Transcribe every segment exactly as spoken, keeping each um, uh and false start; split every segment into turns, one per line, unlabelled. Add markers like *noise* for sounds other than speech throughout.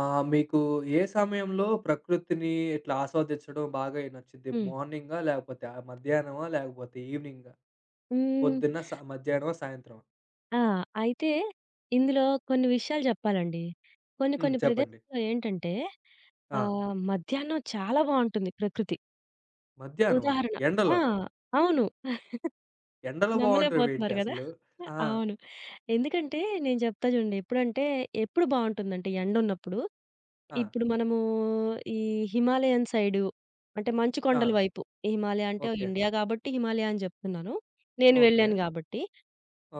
ఆ! మీకు ఏ సమయంలో ప్రకృతిని ఇట్లా ఆస్వాదించడం బాగా నచ్చుద్ది?
హ్మ్.
మార్నింగా? లేకపోతే ఆహ్, మధ్యాహ్నమా? లేకపోతే ఈవినింగా?
హ్మ్.
పొద్దున్న, సా మధ్యాహ్నమా? సాయంత్రమా?
ఆ! అయితే ఇందులో కొన్ని విషయాలు చెప్పాలండి. కొన్ని
హ్మ్.
కొన్ని
చెప్పండి.
ప్రదేశాల్లో ఏంటంటే
ఆ!
ఆహ్, మధ్యాహ్నం చాలా బావుంటుంది ప్రకృతి.
మధ్యాహ్నమా?
ఉదాహరణ ఆ!
ఎండలో?
అవును.
ఎండలో బావుంటవేంటి
నమ్మలేకపోతున్నారు గదా!
అసలు? ఆ!
అవును. ఎందుకంటే నేను చెప్తా చూడండి. ఎప్పుడంటే ఎప్పుడు బావుంటుందంటే ఎండున్నప్పుడు.
ఆ!
ఇప్పుడు మనము ఈ హిమాలయన్ సైడు అంటే మంచు
ఆ!
కొండల వైపు. హిమాలయ అంటే
ఓకే.
ఇండియా గాబట్టి హిమాలయ అని చెప్తున్నాను. నేను
ఓకే.
వెళ్ళాను గాబట్టి.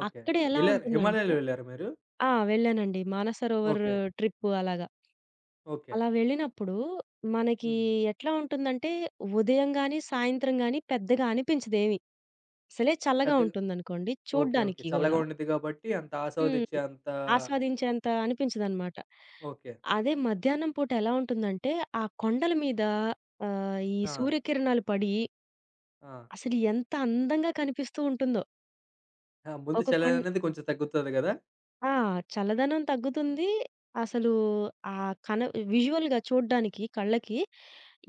ఓకే.
అక్కడ ఎలా
ఎళ్లారు.
ఉంటుందంటే
హిమాలయాలు వెళ్లారా మీరు?
ఆ! వెళ్ళానండి. మానసరోవర్
ఓకే.
ట్రిప్పు అలాగా.
ఓకే.
అలా వెళ్ళినప్పుడు మనకి
హ్మ్.
ఎట్లా ఉంటుందంటే, ఉదయం గాని, సాయంత్రం గాని పెద్దగా అనిపించదేమి. అసలే చల్లగా
పెద్దగా
ఉంటుందనుకోండి
ఓకే. ఓకే.
చూడ్డానికి
చల్లగా
గూడా.
ఉండిద్ది కాబట్టి అంత ఆస్వాదించే
హ్మ్.
అంత
ఆస్వాదించేంత అనిపించదనమాట.
ఓకే.
అదే మధ్యాహ్నం పూట ఎలా ఉంటుందంటే, ఆ కొండల మీద ఆహ్, ఈ
ఆ!
సూర్యకిరణాలు పడి
ఆ!
అసలు ఎంత అందంగా కనిపిస్తూ ఉంటుందో.
ఆ! ముందు
ఒక
చలి
కొం
అనేది కొంచెం తగ్గుతది గదా!
ఆ! చల్లదనం తగ్గుతుంది. అసలు ఆ కన విజువల్‌గా చూడ్డానికి కళ్ళకి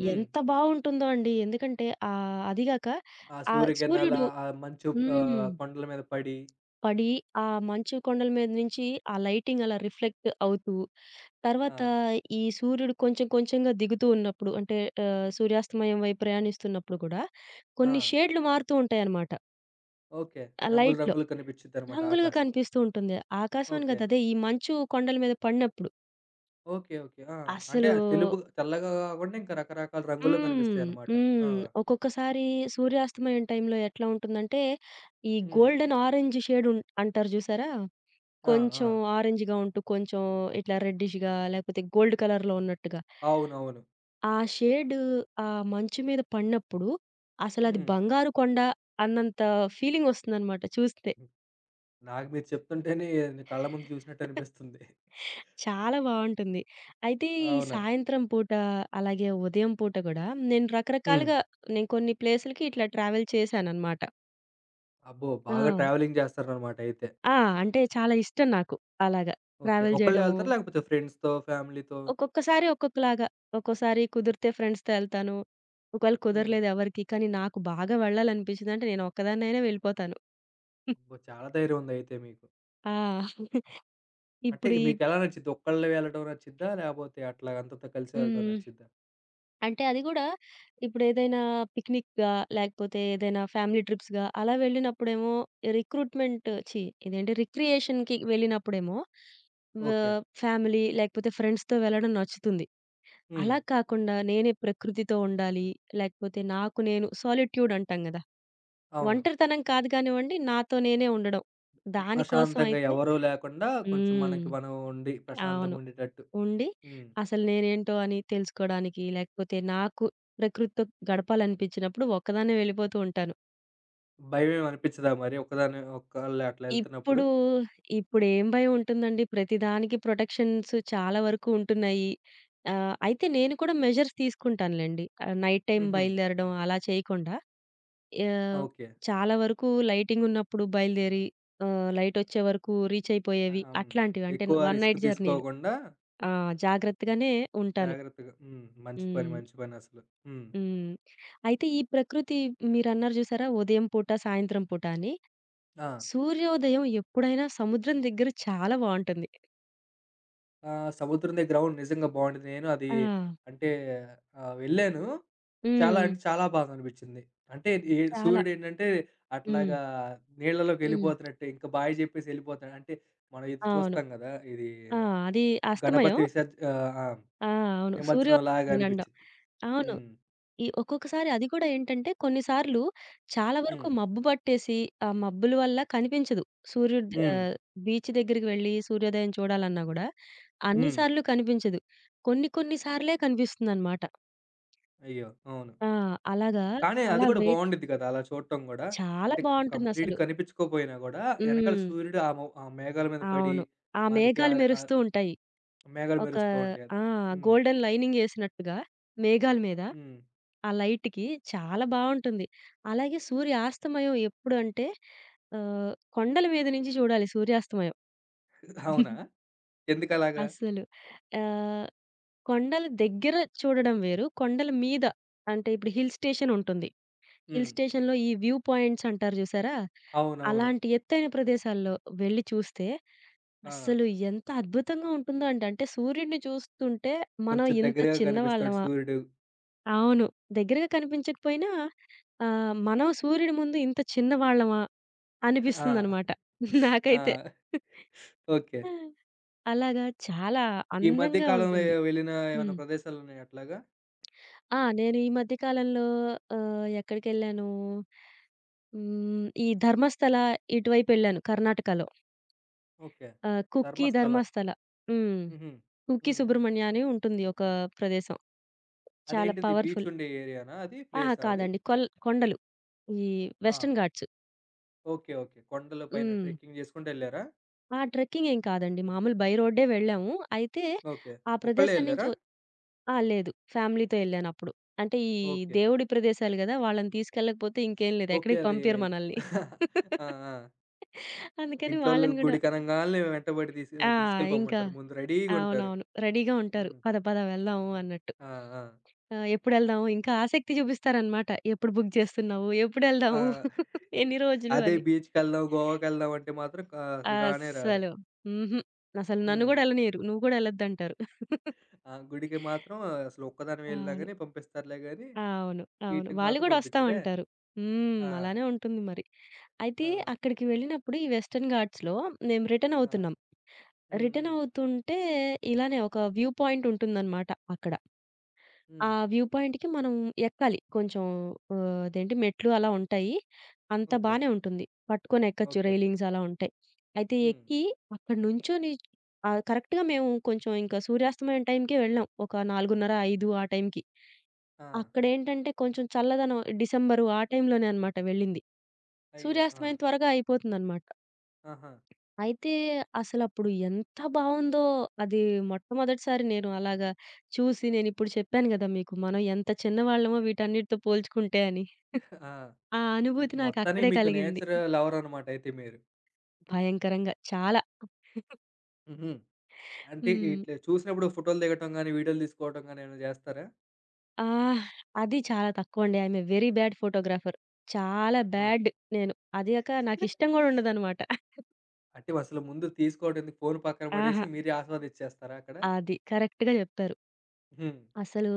హ్మ్.
ఎంత బావుంటుందో అండి. ఎందుకంటే ఆహ్, అది గాక
ఆ
ఆ
సూర్యకిరణాల
సూర్యుడు
ఆ మంచు
హ్మ్.
ఆహ్, కొండల మీద పడి.
పడి ఆ మంచు కొండల మీద నుంచి ఆ లైటింగ్ అలా రిఫ్లెక్ట్ అవుతూ,
ఆ!
తర్వాత ఈ సూర్యుడు కొంచెం కొంచెంగా దిగుతూ ఉన్నప్పుడు అంటే ఆహ్, సూర్యాస్తమయం వైపు ప్రయాణిస్తున్నప్పుడు కూడా
ఆ!
కొన్ని షేడ్‌లు మారుతూ ఉంటాయన్నమాట.
ఓకే.
ఆ
రంగులు
లైట్‌లో
రంగులు కనిపిచ్చిద్దనమాట
రంగులుగా
ఆకాశం.
కనిపిస్తూ ఉంటుంది. ఆకాశం అని
ఓకే.
కాదు అదే ఈ మంచు కొండల మీద పడినప్పుడు
ఓకే. ఓకే. ఆ! అంటే
అసలు.
అది తెలుపు తెల్లగా కాకుండా ఇంకా రకరకాల రంగుల్లో
హ్మ్.
కనిపిస్తాయనమాట. ఆ!
హ్మ్. ఒక్కొక్కసారి సూర్యాస్తమయం టైంలో ఎట్లా ఉంటుందంటే, ఈ
హ్మ్.
గోల్డెన్ ఆరెంజ్ షేడ్ ఉం అంటారు చూసారా?
ఆ!
కొంచెం
ఆ!
ఆరెంజ్‌గా ఉంటూ, కొంచెం ఇట్లా రెడ్డిష్‌గా లేకపోతే గోల్డ్ కలర్‌లో ఉన్నట్టుగా.
అవునవును.
ఆ షేడ్ ఆ మంచు మీద పడినప్పుడు అసలది
హ్మ్.
బంగారు కొండ అన్నంత ఫీలింగొస్తుందనమాట చూస్తే.
హ్మ్. నాకు మీరు చెప్తుంటేనే నీ కళ్ళ ముందు చూసినట్టు అనిపిస్తుంది.
చాలా బావుంటుంది. అయితే ఈ
అవునా?
సాయంత్రం పూట, అలాగే ఉదయం పూట గూడా నేను
హ్మ్.
రకరకాలుగా నేను కొన్ని ప్లేసులకి ఇట్లా ట్రావెల్ చేశాననమాట.
అబ్బో!
ఆ!
బాగా ట్రావెలింగ్ చేస్తారనమాట అయితే.
ఆ! అంటే చాలా ఇష్టం నాకు అలాగా.
ఓకే.
ట్రావెల్
ఒక్కళ్ళే
జేయడము,
ఎళ్తారా? లేకపోతే ఫ్రెండ్స్‌తో, ఫ్యామిలీతో?
ఒక్కొక్కసారి ఒక్కొక్కలాగా. ఒక్కోసారి కుదిరితే ఫ్రెండ్స్‌తో ఎళ్తాను. ఒకవేళ
హ్మ్.
కుదరలేదు ఎవరికీ, కానీ నాకు బాగా వెళ్ళాలనిపించిందంటే నేను ఒక్కదాన్నైనా వెళ్ళిపోతాను.
అబ్బో! చాలా ధైర్యం ఉందయితే మీకు.
ఆ!
అంటే
ఇప్పుడు ఈ
మీకెలా నచ్చిద్ది? ఒక్కళ్ళే వెళ్ళడం నచ్చిద్దా? లేపోతే అట్లా అంతతో కలిసి వెళ్ళటం
హ్మ్.
నచ్చిద్దా?
అంటే అది గూడా ఇప్పుడేదైనా పిక్నిక్‌గా లేకపోతే ఏదైనా ఫ్యామిలీ ట్రిప్స్‌గా అలా వెళ్ళినప్పుడేమో రిక్రూట్‌మెంట్ ఛీ! ఇదేంటి రిక్రియేషన్‌కి వెళ్ళినప్పుడేమో వ
ఓకే.
ఫ్యామిలీ లేకపోతే ఫ్రెండ్స్‌తో వెళ్ళడం నచ్చుతుంది.
హ్మ్.
అలా కాకుండా నేనే ప్రకృతితో ఉండాలి. లేకపోతే నాకు నేను సాలిట్యూడ్ అంటాం గదా!
అవును.
ఒంటరితనం కాదు గానివ్వండి. నాతో నేనే ఉండడం.
ప్ర
దానికోసం
ప్రశాంతంగా
అయితే
ఎవరూ లేకుండా కొంచెం
హ్మ్.
మనకి మనం ఉండి
అవును.
ప్రశాంతంగుండేటట్టు.
ఉండి,
హ్మ్.
అసలు నేనేంటో అని తెలుసుకోడానికి, లేకపోతే నాకు ప్రకృతితో గడపాలనిపించినప్పుడు ఒక్కదాన్నే వెళ్ళిపోతూ ఉంటాను.
భయమేమి అనిపిచ్చదా మరి ఒక్కదాని ఒక్కళ్ళే అట్లా ఎళ్తున్నప్పుడు?
ఇప్పుడు, ఇప్పుడేం భయం ఉంటుందండి? ప్రతిదానికి ప్రొటెక్షన్స్ చాలా వరకు ఉంటున్నాయి. ఆహ్, అయితే నేను కూడా మెజర్స్ తీసుకుంటానులెండి. ఆహ్, నైట్ టైమ్
హుహు.
బయలుదేరడం అలా చేయకుండా, ఆహ్,
ఓకే.
చాలా వరకు లైటింగ్ ఉన్నప్పుడు బయలుదేరి, ఆహ్, లైటొచ్చే వరకు రీచ్
ఆహ్,
అయిపోయేవి
హ్మ్.
అట్లాంటివి. అంటే
ఎక్కువ
ఒన్
రిస్క్
నైట్ జర్నీలు.
తీసుకోకుండా
ఆ! జాగ్రత్తగానే ఉంటాను.
జాగ్రత్తగా హ్మ్. మంచి పని,
హ్మ్.
మంచి పనసలు. హ్మ్.
హ్మ్. అయితే ఈ ప్రకృతి మీరన్నారు జూసారా? ఉదయం పూట, సాయంత్రం పూట అని.
ఆ!
సూర్యోదయం ఎప్పుడైనా సముద్రం దగ్గర చాలా బావుంటుంది.
ఆ సముద్రం దగ్గర అవును నిజంగా బావుండిద్ది. నేను అది
ఆ!
అంటే ఆహ్, వెళ్ళాను. చాలా
హ్మ్.
అంటే చాలా బాగా అనిపించింది. అంటే ఏ
చాలా.
సూర్యుడేంటంటే
హ్మ్.
అట్లాగా నీళ్ళలోకి
హ్మ్.
ఎళ్ళిపోతున్నట్టే ఇంకా బాయ్ జెప్పేసి ఎళ్ళిపోతాడు. అంటే మనం ఇది
అవును.
చూస్తాం గదా! ఇది
ఆ! అది అస్తమయం.
గణపతి విసర్జ్ ఆహ్, ఆ!
ఆ! అవును. సూర్యోదయం
నిమజ్జనంలాగా
నేనండం.
అనిపించింది.
అవును.
హ్మ్.
ఈ ఒక్కొక్కసారి అది కూడా ఏంటంటే కొన్నిసార్లు చాలా వరకు
హ్మ్.
మబ్బు పట్టేసి, ఆ మబ్బుల వల్ల కనిపించదు. సూర్యుడు
హ్మ్.
ఆహ్, బీచ్ దగ్గరికి వెళ్లి సూర్యోదయం చూడాలన్నా గూడా అన్ని
హ్మ్.
సార్లు కనిపించదు. కొన్ని కొన్ని సార్లే కనిపిస్తుందనమాట.
అయ్యో! అవును.
ఆ! అలాగా
కానీ అది
అలా
గూడా
వెయిట్
బావుండిద్ది కదా! అలా చూడటం గూడా.
చాలా
అంటే క కంప్లీట్
బావుంటుందసలు.
కనిపించకపోయినా గూడా ఎనకాల
హ్మ్.
సూర్యుడు ఆ మొ ఆ మేఘాల మీద పడి
అవును. ఆ
మనకి
మేఘాలు
ఆహ్, ఆహ్,
మెరుస్తూ ఉంటాయి.
మేఘాలు
ఒక
మెరుస్తూ ఉంటాయి.
ఆ!
హ్మ్.
గోల్డెన్ లైనింగ్ ఏసినట్టుగా మేఘాల మీద.
హ్మ్.
ఆ లైట్‌కి చాలా బావుంటుంది. అలాగే సూర్యాస్తమయం ఎప్పుడంటే ఆహ్, కొండల మీద నుంచి చూడాలి సూర్యాస్తమయం.
అవునా?
*laughs*
ఎందుకలాగా?
అస్సలు. ఆహ్, కొండల దగ్గర చూడడం వేరు. కొండల మీద అంటే ఇప్పుడు హిల్ స్టేషన్ ఉంటుంది. హిల్
హ్మ్.
స్టేషన్‌లో ఈ వ్యూ పాయింట్స్ అంటారు చూసారా?
అవునవును.
అలాంటి ఎత్తైన ప్రదేశాల్లో వెళ్లి చూస్తే
ఆ!
అస్సలు ఎంత అద్భుతంగా ఉంటుందో అంటే, అంటే సూర్యుడిని చూస్తుంటే మనం
కొంచెం
ఇంత
దగ్గరగా కనిపిస్తాడు
చిన్నవాళ్ళమా?
సూర్యుడు.
అవును. దగ్గరగా కనిపించకపోయినా ఆహ్, మనం సూర్యుడి ముందు ఇంత చిన్నవాళ్ళమా
ఆ!
అనిపిస్తుందనమాట నాకైతే.
ఆ! ఓకే.
అలాగా చాలా
ఈ మధ్య
అందంగా
కాలంలో
ఉంటుంది.
వెళ్ళిన
హ్మ్.
ఏమైనా ప్రదేశాలున్నాయా అట్లాగా?
ఆ! నేను ఈ మధ్య కాలంలో ఆహ్, ఎక్కడికెళ్ళాను? హ్మ్. ఈ ధర్మస్థల ఇటువైపెళ్ళాను కర్ణాటకలో.
ఓకే.
ఆహ్, కుక్కి
ధర్మస్థల.
ధర్మస్థల. హ్మ్.
హుహు.
కుక్కి
హ్మ్.
సుబ్రహ్మణ్య అని ఉంటుంది ఒక ప్రదేశం. చాలా
అదేంటిది బీచ్
పవర్‌ఫుల్.
ఉండే ఏరియానా అది?
అహా!
ప్లేసా అది?
కాదండి. కొల్ కొండలు. ఈ
ఓ ఆ!
వెస్టర్న్ ఘాట్స్.
ఓకే. ఓకే. కొండల పైన
హ్మ్.
ట్రెక్కింగ్ చేసుకుంటూ ఎళ్లారా?
ఆ! ట్రెక్కింగ్ ఏం కాదండి. మామూలు బై రోడ్డే వెళ్ళాము. అయితే
ఓకే.
ఆ
ఒక్కళ్ళే
ప్రదేశం నుంచి
ఎళ్లారా?
ఒ ఆ! లేదు. ఫ్యామిలీతో ఎళ్ళానప్పుడు. అంటే ఈ
ఓకే.
దేవుడి ప్రదేశాలు గదా! వాళ్ళని తీసుకెళ్ళకపోతే ఇంకేం లేదు.
ఓకే.
ఎక్కడికి
అది
పంపియరు మనల్ని.
*laughs* ఆ!
*laughs*
ఆ!
అందుకని
ఇంట్లోళ్ళు
వాళ్ళని గూడా
గుడికి అనంగాల్నే వెంటబడి
ఆ!
తీసు
ఇంకా
తీసుకెళ్ళిపోమంటారు. ముందు రెడీగుంటారు.
అవునవును. రెడీగా ఉంటారు.
హ్మ్.
పద పద వెళ్దాము అన్నట్టు.
ఆ! ఆ!
ఆ! ఎప్పుడెళ్దాము ఇంకా ఆసక్తి చూపిస్తారనమాట. ఎప్పుడు బుక్ చేస్తున్నావు? ఎప్పుడెళ్దాము?
ఆ!
*laughs* ఎన్ని రోజులు
అదే
అని.
బీచ్‌కెళ్దాం, గోవాకెళ్దాం అంటే మాత్రం క అసలు రానే రారు.
అస్సలు. హుహు. అసలు నన్ను
హ్మ్.
గూడా ఎళ్ళనీయరు. నువ్వు గూడా ఎళ్ళొద్దంటారు. *laughs*
ఆ! గుడికి మాత్రం అసలు ఒక్కదానివే ఎళ్ళినా
అవును.
గాని పంపిస్తారులే గాని,
అవును. అవును.
ఈట్లికి
వాళ్ళు
మాత్రం
గూడా ఒస్తా
పంపించరే.
ఉంటారు. హ్మ్.
ఆ!
అలానే ఉంటుంది మరి. అయితే
ఆ!
అక్కడికి వెళ్ళినప్పుడు ఈ వెస్టర్న్ ఘాట్స్‌లో మేము రిటర్న్
ఆ!
అవుతున్నాం.
హ్మ్.
రిటర్న్
హ్మ్.
అవుతుంటే ఇలానే ఒక వ్యూ పాయింట్ ఉంటుందనమాట అక్కడ. ఆ
హ్మ్.
వ్యూ పాయింట్‌కి మనం ఎక్కాలి. కొంచెం ఆహ్, అదేంటి మెట్లు అలా ఉంటాయి. అంతా
ఓకే.
బానే ఉంటుంది. పట్టుకొని ఎక్కొచ్చు
ఓకే.
రైలింగ్స్ అలా ఉంటాయి. అయితే
హ్మ్.
ఎక్కి అక్కడ నుంచొని ఆహ్, కరెక్ట్‌గా మేము కొంచెం ఇంకా సూర్యాస్తమయం టైంకే వెళ్ళాం. ఒక నాలుగు ముప్పై, ఐదు ఆ టైంకి.
ఆ!
అక్కడేంటంటే కొంచెం చల్లదనం డిసెంబరు ఆ టైంలోనే అన్నమాట వెళ్ళింది.
అయ్యో! ఆ!
సూర్యాస్తమయం త్వరగా అయిపోతుందన్నమాట.
ఆహా!
అయితే అసలప్పుడు ఎంత బావుందో అది మొట్టమొదటిసారి నేను అలాగా చూసి నేనిప్పుడు చెప్పాను గదా! మీకు మనం ఎంత చిన్నవాళ్ళమో వీటన్నిటితో పోల్చుకుంటే అని.
ఆ!
ఆ
అంటే
అనుభూతి
మొత్తానికి
నాకక్కడే
మీకు
కలిగింది.
నేచర్ లవర్ అన్నమాట అయితే మీరు.
భయంకరంగా చాలా.
హుహు. అంటే
హ్మ్.
ఇట్లా చూసినప్పుడు ఫోటోలు దిగటం గాని, వీడియోలు తీసుకోవడం గాని ఏమైనా జేస్తారా?
ఆహ్, అది చాలా తక్కువండి. I am a very bad photographer. చాలా
ఓకే.
బ్యాడ్ నేను. అది గాక నాకిష్టం గూడా ఉండదన్నమాట.
అంటే అసలు ముందు తీసుకోవడం ఎందుకు ఫోన్ పక్కన
ఆహా!
పడేసి మీరే ఆస్వాదిచ్చేస్తారా అక్కడ?
అది. కరెక్ట్‌గా జెప్పారు.
హ్మ్.
అసలు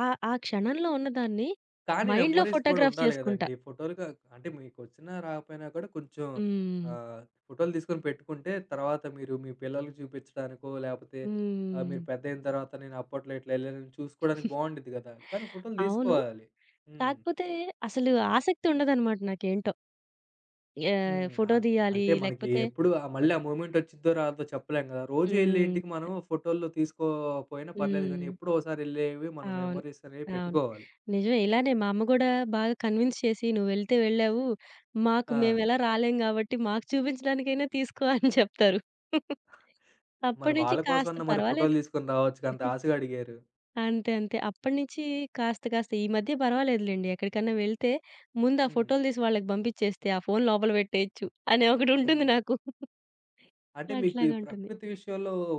ఆ ఆ క్షణంలో ఉన్నదాన్ని
కానీ
మైండ్‌లో
మెమోరీస్ కూడా
ఫోటోగ్రాఫ్
ఉండాలి
చేసుకుంటా.
గదండీ! ఫోటోలుగా అంటే మీకొచ్చినా రాకపోయినా కూడా కొంచెం
హ్మ్.
ఆహ్, ఫోటోలు తీసుకొని పెట్టుకుంటే తర్వాత మీరు మీ పిల్లలకి చూపించడానికో లేపోతే ఆహ్,
హ్మ్.
మీరు పెద్దయిన తర్వాత నేను అప్పట్లో ఇట్లా ఎళ్ళానని చూసుకోవడానికి బావుండిద్ది గదా! కానీ ఫోటోలు
అవును.
తీసుకోవాలి. హ్మ్.
కాకపోతే అసలు ఆసక్తి ఉండదనమాట నాకేంటో. ఆహ్,
హ్మ్.
ఫోటో
అది.
తీయాలి
అంటే మనకి
లేకపోతే
ఎప్పుడు ఆహ్, మళ్ళీ ఆ మూమెంట్ వచ్చిద్దో రాదో చెప్పలేం గదా! రోజు ఎళ్ళే
హ్మ్.
ఇంటికి మనం ఫోటోలు తీసుకోపోయినా పర్లేదు
హ్మ్.
గానీ, ఎప్పుడో ఓసారి ఎళ్ళేవి మనం
అవును.
మెమోరీస్ అనేవి
అవును.
పెట్టుకోవాలి.
నిజమే. ఇలానే మా అమ్మ గూడా బాగా కన్విన్స్ చేసి "నువ్వెళ్తే వెళ్ళావు. మాకు
ఆ!
మేమెలా రాలేం గాబట్టి మాకు చూపించడానికైనా తీసుకో" అని చెప్తారు.
మరి
అప్పటి నుంచి
వాళ్ళ
కాస్త
కోసమన్నా మరి
పర్వాలేదు.
ఫోటోలు తీసుకొని రావచ్చుగా అంత ఆశగా అడిగారు.
అంతే. అంతే. అప్పటినుంచి కాస్త కాస్త ఈ మధ్య పర్వాలేదులెండి. ఎక్కడికన్నా వెళ్తే ముందు ఆ
హ్మ్.
ఫోటోలు తీసి వాళ్ళకి పంపించేస్తే ఆ ఫోను లోపల పెట్టేయొచ్చు అనే ఒకటుంటుంది
హ్మ్.
నాకు.
అంటే మీకు ఈ
అట్లాగా ఉంటుంది.
ప్రకృతి విషయంలో ఓ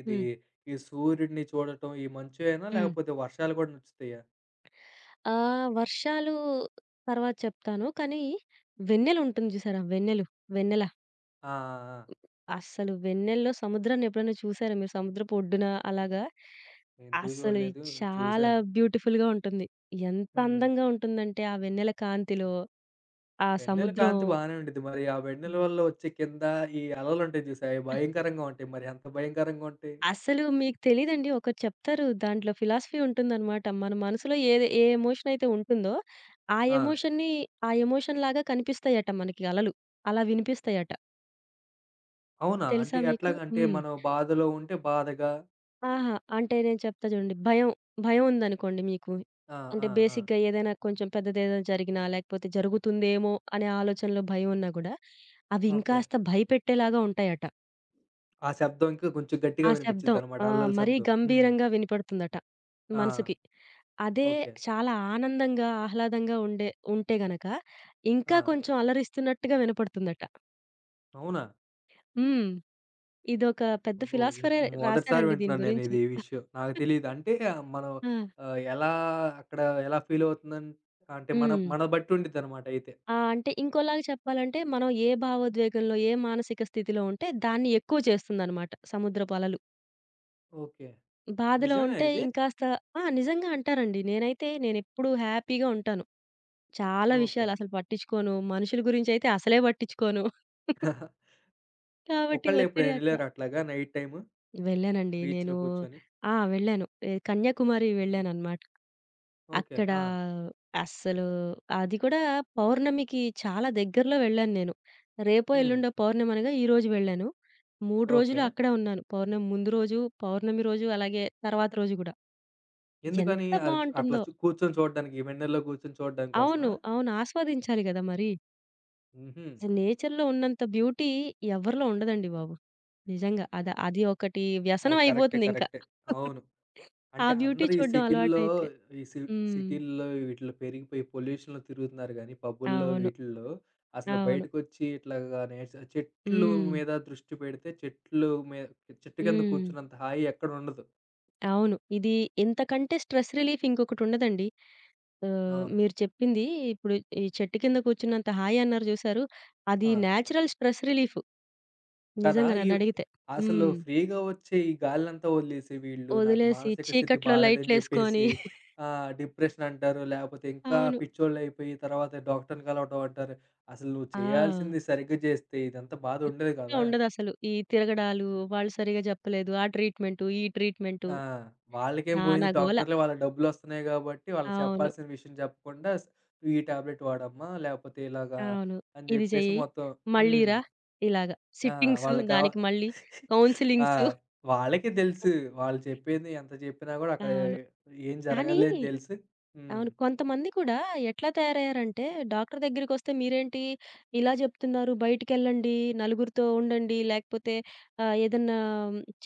ఇది
హ్మ్.
ఈ సూర్యుడిని చూడటం ఈ మంచేనా?
హ్మ్.
లేకపోతే వర్షాలు గూడా నచ్చుతాయా?
ఆహ్, వర్షాలు తర్వాత చెప్తాను. కానీ వెన్నెలుంటుంది చూసారా? వెన్నెలు, వెన్నెల.
ఆ! ఆ! ఆ!
అస్సలు వెన్నెల్లో సముద్రాన్ని ఎప్పుడైనా చూసారా మీరు? సముద్రపు ఒడ్డున అలాగా?
ఎందుకు
అస్సలు ఇది
చూడలేదు
చాలా
చూసాను.
బ్యూటిఫుల్‌గా ఉంటుంది. ఎంత
హ్మ్.
అందంగా ఉంటుందంటే ఆ వెన్నెల కాంతిలో, ఆ
వెన్నెల
సముద్రం
కాంతి బానే ఉండిద్ది. మరి ఆ వెన్నెల
హ్మ్.
వల్ల వచ్చే కింద ఈ అలలుంటాయి చూసావా? అయి భయంకరంగా ఉంటాయి. మరి ఎంత భయంకరంగా ఉంటాయి?
అసలు మీకు తెలీదండి. ఒకటి చెప్తారు. దాంట్లో ఫిలాసఫీ ఉంటుందనమాట. మన మనసులో ఏది ఏ ఎమోషన్ అయితే ఉంటుందో, ఆ
ఆ!
ఎమోషన్‌ని ఆ ఎమోషన్ లాగా కనిపిస్తాయట మనకి అలలు. అలా వినిపిస్తాయట.
అవునా?
తెలుసా
అంటే
మీకు?
ఎట్లాగ? అంటే
హ్మ్.
మనం బాధలో ఉంటే బాధగా
అహా! అంటే నేను చెప్తా చూడండి. భయం, భయం ఉందనుకోండి మీకు.
ఆ!
అంటే
ఆ! ఆ!
బేసిక్‌గా ఏదైనా కొంచెం పెద్దదేదైనా జరిగినా, లేకపోతే జరుగుతుందేమో అనే ఆలోచనలో భయం ఉన్నా గూడా, అవి
ఓకే.
ఇంకాస్త భయపెట్టేలాగా ఉంటాయట.
ఆ శబ్దం ఇంకా కొంచెం
ఆ
గట్టిగా
శబ్దం.
వినిపిచ్చిద్దనమాట.
ఆ!
అల్లల
మరీ
శబ్దం. హ్మ్.
గంభీరంగా వినపడుతుందట
ఆ!
మనసుకి. అదే
ఓకే.
చాలా ఆనందంగా, ఆహ్లాదంగా ఉండే ఉంటే గనక ఇంకా
ఆ!
కొంచెం అలరిస్తున్నట్టుగా వినపడుతుందట.
అవునా?
హ్మ్. ఇదొక పెద్ద
అబ్బో! ఇది
ఫిలాసఫరే
మొదటిసారి
రాసారండి దీని
వింటున్నాను నేను
గురించి.
ఇది ఈ విషయం. నాకు తెలీదు. అంటే మనం
ఆ!
ఆహ్, ఎలా అక్కడ ఎలా ఫీలవుతుందన్ అంటే మన
హ్మ్.
మన బట్టి ఉండిద్దనమాట అయితే.
ఆ! అంటే ఇంకోలాగా చెప్పాలంటే మనం ఏ భావోద్వేగంలో, ఏ మానసిక స్థితిలో ఉంటే దాన్ని ఎక్కువ చేస్తుందనమాట సముద్రపు అలలు.
ఓకే.
బాధలో
నిజమేనా
ఉంటే
ఇది?
ఇంకాస్త ఆ! నిజంగా అంటారండి. నేనైతే నేనెప్పుడూ హ్యాపీగా ఉంటాను. చాలా
ఓకే.
విషయాలు అసలు పట్టించుకోను. మనుషుల గురించైతే అసలే పట్టించుకోను.
*laughs*
కాబట్టి
ఒక్కళ్ళే
ఒత్తిడి
ఎప్పుడైనా
అట్లా
ఎళ్లారా అట్లాగా నైట్ టైమ్
వెళ్ళానండి. నేను
బీచ్‌లో కూర్చొని?
ఆ! వెళ్ళాను. ఏ కన్యాకుమారి వెళ్ళాననమాట.
ఓకే.
అక్కడ
ఆ!
అస్సలు అది కూడా పౌర్ణమికి చాలా దగ్గరలో వెళ్ళాను నేను. రేపో,
హ్మ్.
ఎల్లుండో పౌర్ణమి అనగా ఈరోజు వెళ్ళాను. మూడు రోజులు
ఓకే.
అక్కడే ఉన్నాను. పౌర్ణమి ముందు రోజు, పౌర్ణమి రోజు అలాగే తర్వాత రోజు గూడా.
ఎందుకని?
ఎంత
అది అట్లా
బావుంటుందో!
చు కూర్చొని చూడడానికి వెన్నెల్లో కూర్చొని చూడడం
అవును.
కోసమా?
అవును. ఆస్వాదించాలి గదా! మరి.
హుహు.
అసలు నేచర్‌లో ఉన్నంత బ్యూటీ ఎవరిలో ఉండదండి బాబు. నిజంగా. అద అది ఒకటి
అది
వ్యసనం
కరెక్టే.
అయిపోతుందింకా.
కరెక్టే. అవును.
ఆ
అంటే
బ్యూటీ
అందరూ ఈ
చూడ్డం
సిటీల్లో
అలవాటైతే.
ఈ సి
హ్మ్.
సిటీల్లో వీటిలో పెరిగిపోయి పొల్యూషన్‌లో తిరుగుతున్నారు గానీ, పబ్బుల్లో
అవును.
వీటిల్లో అసలు
అవును.
బయటకొచ్చి ఇట్లాగా నేచ చెట్లు
హ్మ్.
మీద దృష్టి పెడితే చెట్లు మే చెట్టు కింద
హ్మ్.
కూర్చున్నంత హాయి ఎక్కడుండదు.
అవును. ఇది ఇంతకంటే స్ట్రెస్ రిలీఫ్ ఇంకొకటుండదండి. ఆహ్,
అవును.
మీరు చెప్పింది ఇప్పుడు ఈ చెట్టు కింద కూర్చున్నంత హాయి అన్నారు చూసారు. అది
ఆ!
నేచురల్ స్ట్రెస్ రిలీఫ్
కదా!
నిజంగా
ఇవ్
నన్నడిగితే.
అసలు
హ్మ్.
ఫ్రీగా వచ్చే ఈ గాలినంతా వదిలేసి వీళ్ళు నాకు
వదిలేసి
మానసిక స్థితి
చీకట్లో
బాలేదని
లైట్‌లేసుకొని
జెప్పేసి
*laughs*
ఆహ్, డిప్రెషన్ అంటారు. లేపోతే ఇంకా
అవును.
పిచ్చోళ్ళైపోయి తర్వాత డాక్టర్‌ని కలవటం అంటారు. అసలు నువ్వు
ఆ!
చేయాల్సింది సరిగ్గా జేస్తే ఇదంతా బాధ ఉండదు
ఇంకా
కదా!
ఉండదసలు. ఈ తిరగడాలు, వాళ్ళు సరిగ్గా జెప్పలేదు. ఆ ట్రీట్‌మెంటు, ఈ ట్రీట్‌మెంటు
ఆ! వాళ్ళకేం
నానా
పోయింది
గోల.
డాక్టర్‌లే వాళ్ళకి డబ్బులొస్తున్నాయి గాబట్టి వాళ్ళకి
అవును.
చెప్పాల్సిన విషయం చెప్పకుండా స్ నువ్వు "ఈ టాబ్లెట్ వాడమ్మా" లేపోతే ఇలాగా
అవును.
అని
ఇది
జెప్పేసి
చెయ్యి,
మొత్తం
మళ్ళీ
హ్మ్.
రా ఇలాగ.
ఆ!
సిట్టింగ్స్,
వాళ్ళకా
దానికి మళ్ళీ
ఆ!
కౌన్సెలింగ్స్.
వాళ్ళకే తెలుసు. వాళ్ళు చెప్పింది ఎంత చెప్పినా గూడా అక్కడ
అవును.
ఏం
కానీ
జరగదులే అని తెలుసు. హ్మ్.
అవును. కొంతమంది కూడా ఎట్లా తయారయ్యారంటే డాక్టర్ దగ్గరికొస్తే మీరేంటి ఇలా జెప్తున్నారు, బయటికెళ్ళండి, నలుగురితో ఉండండి, లేకపోతే ఆహ్, ఏదన్నా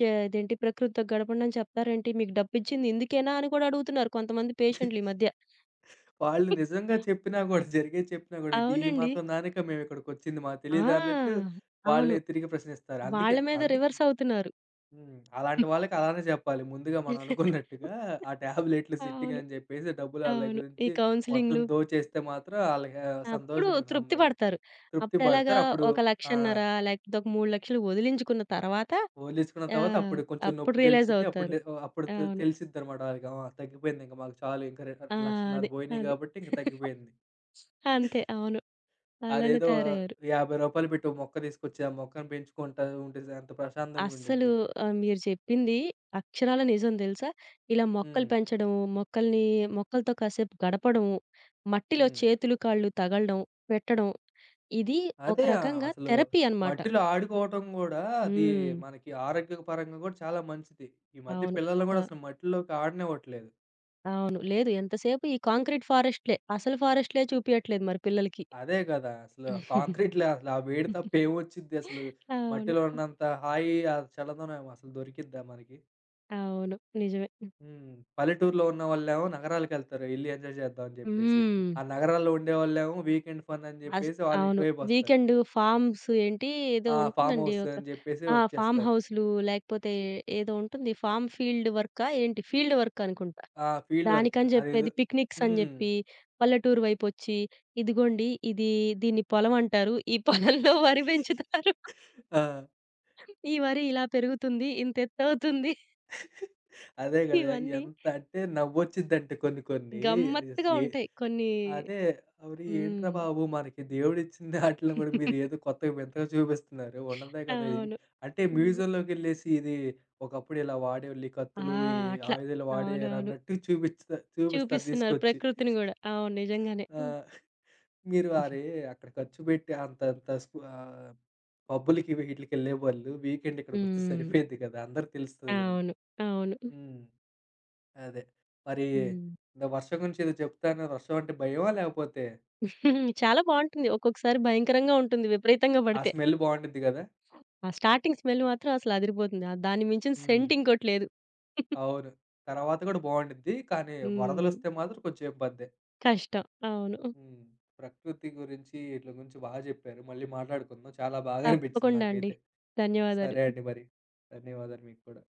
చే ఇదేంటి ప్రకృతితో గడపండి అని చెప్తారేంటి? మీకు డబ్బిచ్చింది ఇందుకేనా అని కూడా అడుగుతున్నారు కొంతమంది పేషెంట్‌లు ఈ మధ్య.
వాళ్ళు నిజంగా చెప్పినా గూడా, జరిగేది చెప్పినా గూడా, ఇది ఈ
అవునండి.
మాత్రం దానికా మేమిక్కడికొచ్చింది మాకు తెలీదా అన్నట్టు
ఆ! అవును.
వాళ్ళే తిరిగి ప్రశ్నిస్తారు.
వాళ్ళ
అందుకే
మీద
అందుకే
రివర్స్ అవుతున్నారు.
హ్మ్. అలాంటి వాళ్ళకి అలానే చెప్పాలి. ముందుగా మనం అనుకున్నట్టుగా ఆ టాబ్లెట్లు సిట్టింగ్
అవును.
అని చెప్పేసి డబ్బులు ఆళ్ళ
అవును.
దగ్గర
ఈ
నుంచి మొత్తం
కౌన్సెలింగ్‌లు
దోచేస్తే మాత్రం ఆళ్ళకి
అప్పుడు
సంతోషంగుంటది.
తృప్తి
హమ్మయ్య!
పడతారు.
తృప్తి
అప్పుడెలాగా
పడతారు. అప్పుడు
ఒక 1,లక్ష
ఆ!
లేకపోతే ఒక మూడు,లక్షలు వదిలించుకున్న తర్వాత
వదిలేసుకున్న తర్వాత
ఆహ్,
అప్పుడు కొంచెం
అప్పుడు
నొప్పి
రియలైజ్
తెలిసిద్ది. అప్పుడు
అవుతారు.
నే ఆహ్, అప్పుడు తె
అవును.
తెలిసిద్దనమాట ఆళ్ళకి. ఆ! తగ్గిపోయిందింక మాకు చాలు. ఇంక రె
ఆ! అదే.
ఒక లక్ష యాభై వేలు పోయినియి
అది.
కాబట్టి ఇంక
*laughs*
తగ్గిపోయింది.
అంతే. అవును. అలానే
అదేదో రూ.
తయారయ్యారు.
యాభై పెట్టి ఓ మొక్క తీసుకొచ్చి, ఆ మొక్కను పెంచుకుంటా ఉంటే ఎంత ప్రశాంతంగా
అస్సలు
ఉండిద్ది.
ఆహ్, మీరు చెప్పింది అక్షరాల నిజం తెలుసా? ఇలా మొక్కలు
హ్మ్.
పెంచడము, మొక్కల్ని మొక్కలతో కాసేపు గడపడము, మట్టిలో
హ్మ్.
చేతులు, కాళ్ళు తగలడం, పెట్టడం ఇది ఒక
అదే ఆ
రకంగా
అసలు
థెరపీ అన్నమాట.
మట్టిలో ఆడుకోవటం గూడా అది
హ్మ్.
మనకి ఆరోగ్యపరంగా గూడా చాలా మంచిది. ఈ మధ్య
అవును.
పిల్లల్ని
ఒక
గూడా అసలు మట్టిలోకి ఆడనివ్వట్లేదు.
అవును. లేదు ఎంతసేపు ఈ కాంక్రీట్ ఫారెస్ట్‌లే. అసలు ఫారెస్ట్‌లే చూపియట్లేదు మరి పిల్లలకి.
అదే గదా! అసలు
*laughs*
కాంక్రీట్‌లో అసలు ఆ వేడి తప్ప ఏమొచ్చిద్ది అసలు?
అవును.
మట్టిలో ఉన్నంత హాయి, ఆ చల్లదనం అసలు దొరికిద్దా మనకి?
అవును. నిజమే.
హ్మ్. పల్లెటూరులో ఉన్నవాళ్ళేమో నగరాలకెళ్తారు ఎళ్లి ఎంజాయ్ చేద్దాం అని జెప్పేసి.
హ్మ్.
ఆ నగరాల్లో ఉండేవాళ్ళేమో వీకెండ్ ఫన్ అని
అస్
జెప్పేసి వాళ్ళు
అవును.
ఇటువైపొస్తారు.
వీకెండ్ ఫార్మ్స్ ఏంటి ఏదో
ఆ! ఫార్మ్
ఉంటుందండి.
హౌస్
ఒక
అని జెప్పేసి
ఆ! ఫార్మ్
వచ్చేస్తారు.
హౌస్‌లు లేకపోతే ఏదో ఉంటుంది. ఫార్మ్ ఫీల్డ్ వర్కా ఏంటి? ఫీల్డ్ వర్క్ అనుకుంటా.
ఆ! ఫీల్డ్ వర్క్
దానికని
అదేదో
జెప్పేది పిక్నిక్స్ అని
హ్మ్.
జెప్పి పల్లెటూరు వైపొచ్చి, ఇదిగోండి ఇది దీన్ని పొలం అంటారు. ఈ *laughs* పొలంలో వరి పెంచుతారు.
ఆ!
ఈ వరి ఇలా పెరుగుతుంది. ఇంత ఎత్తవుతుంది.
అదే గదా!
ఇవన్నీ
ఎంత అంటే నవ్వొచ్చిద్దంటే కొన్ని కొన్ని.
గమ్మత్తుగా
ఎ
ఉంటాయి కొన్ని.
అదే. ఓరి ఏంట్రా
హ్మ్.
బాబు! మనకి దేవుడిచ్చిన దాంట్లో గూడా మీరేదో
*laughs*
కొత్తగా వింతగా చూపిస్తున్నారు. ఉన్నదే కదా! ఇది
అవును.
అంటే
అవును.
మ్యూజియంలోకెళ్ళేసి ఇది ఒకప్పుడు ఇలా వాడేవాళ్ళు ఈ
ఆ!
కత్తులు, ఈ
అట్లా.
ఆయుధాలు
అవునవును.
వాడేవారన్నట్టు చూపిచ్చుత చూపిస్తారు
చూపిస్తున్నారు
తీసుకొచ్చి.
ప్రకృతిని గూడా. అవును. నిజంగానే.
ఆ! మీరు
హ్మ్.
అరే! అక్కడ ఖర్చు పెట్టి అంతంత స్కు ఆహ్, పబ్బులకి వీటిలకెళ్ళే వాళ్ళు వీకెండ్ ఇక్కడికొస్తే
హ్మ్.
సరిపోయిద్ది కదా! అందరికి తెలుస్తది గదా!
అవును. అవును.
హ్మ్. అదే. మరి
హ్మ్.
ఇందాక వర్షం గురించి ఏదో చెప్తా అన్నారు. వర్షం అంటే భయమా? లేకపోతే
హ్మ్. చాలా బావుంటుంది. ఒక్కొక్కసారి భయంకరంగా ఉంటుంది విపరీతంగా
ఆ
పడితే.
స్మెల్ బావుండిద్ది గదా!
ఆ స్టార్టింగ్ స్మెల్ మాత్రం అసలు అదిరిపోతుంది. ఆహ్, దాన్ని మించిన
హ్మ్.
సెంట్ ఇంకోటి లేదు.
అవును. తర్వాత గూడా బావుండిద్ది. కానీ
హ్మ్.
వరదలొస్తే మాత్రం కొంచెం ఇబ్బందే.
కష్టం. అవును.
హ్మ్. ప్రకృతి గురించి ఈట్ల గురించి బాగా జెప్పారు. మళ్ళీ మాట్లాడుకుందాం. చాలా బాగా అనిపించింది
తప్పకుండా అండి.
నాకైతే.
ధన్యవాదాలు.
సరే అండి మరి. ధన్యవాదాలు మీకు కూడా.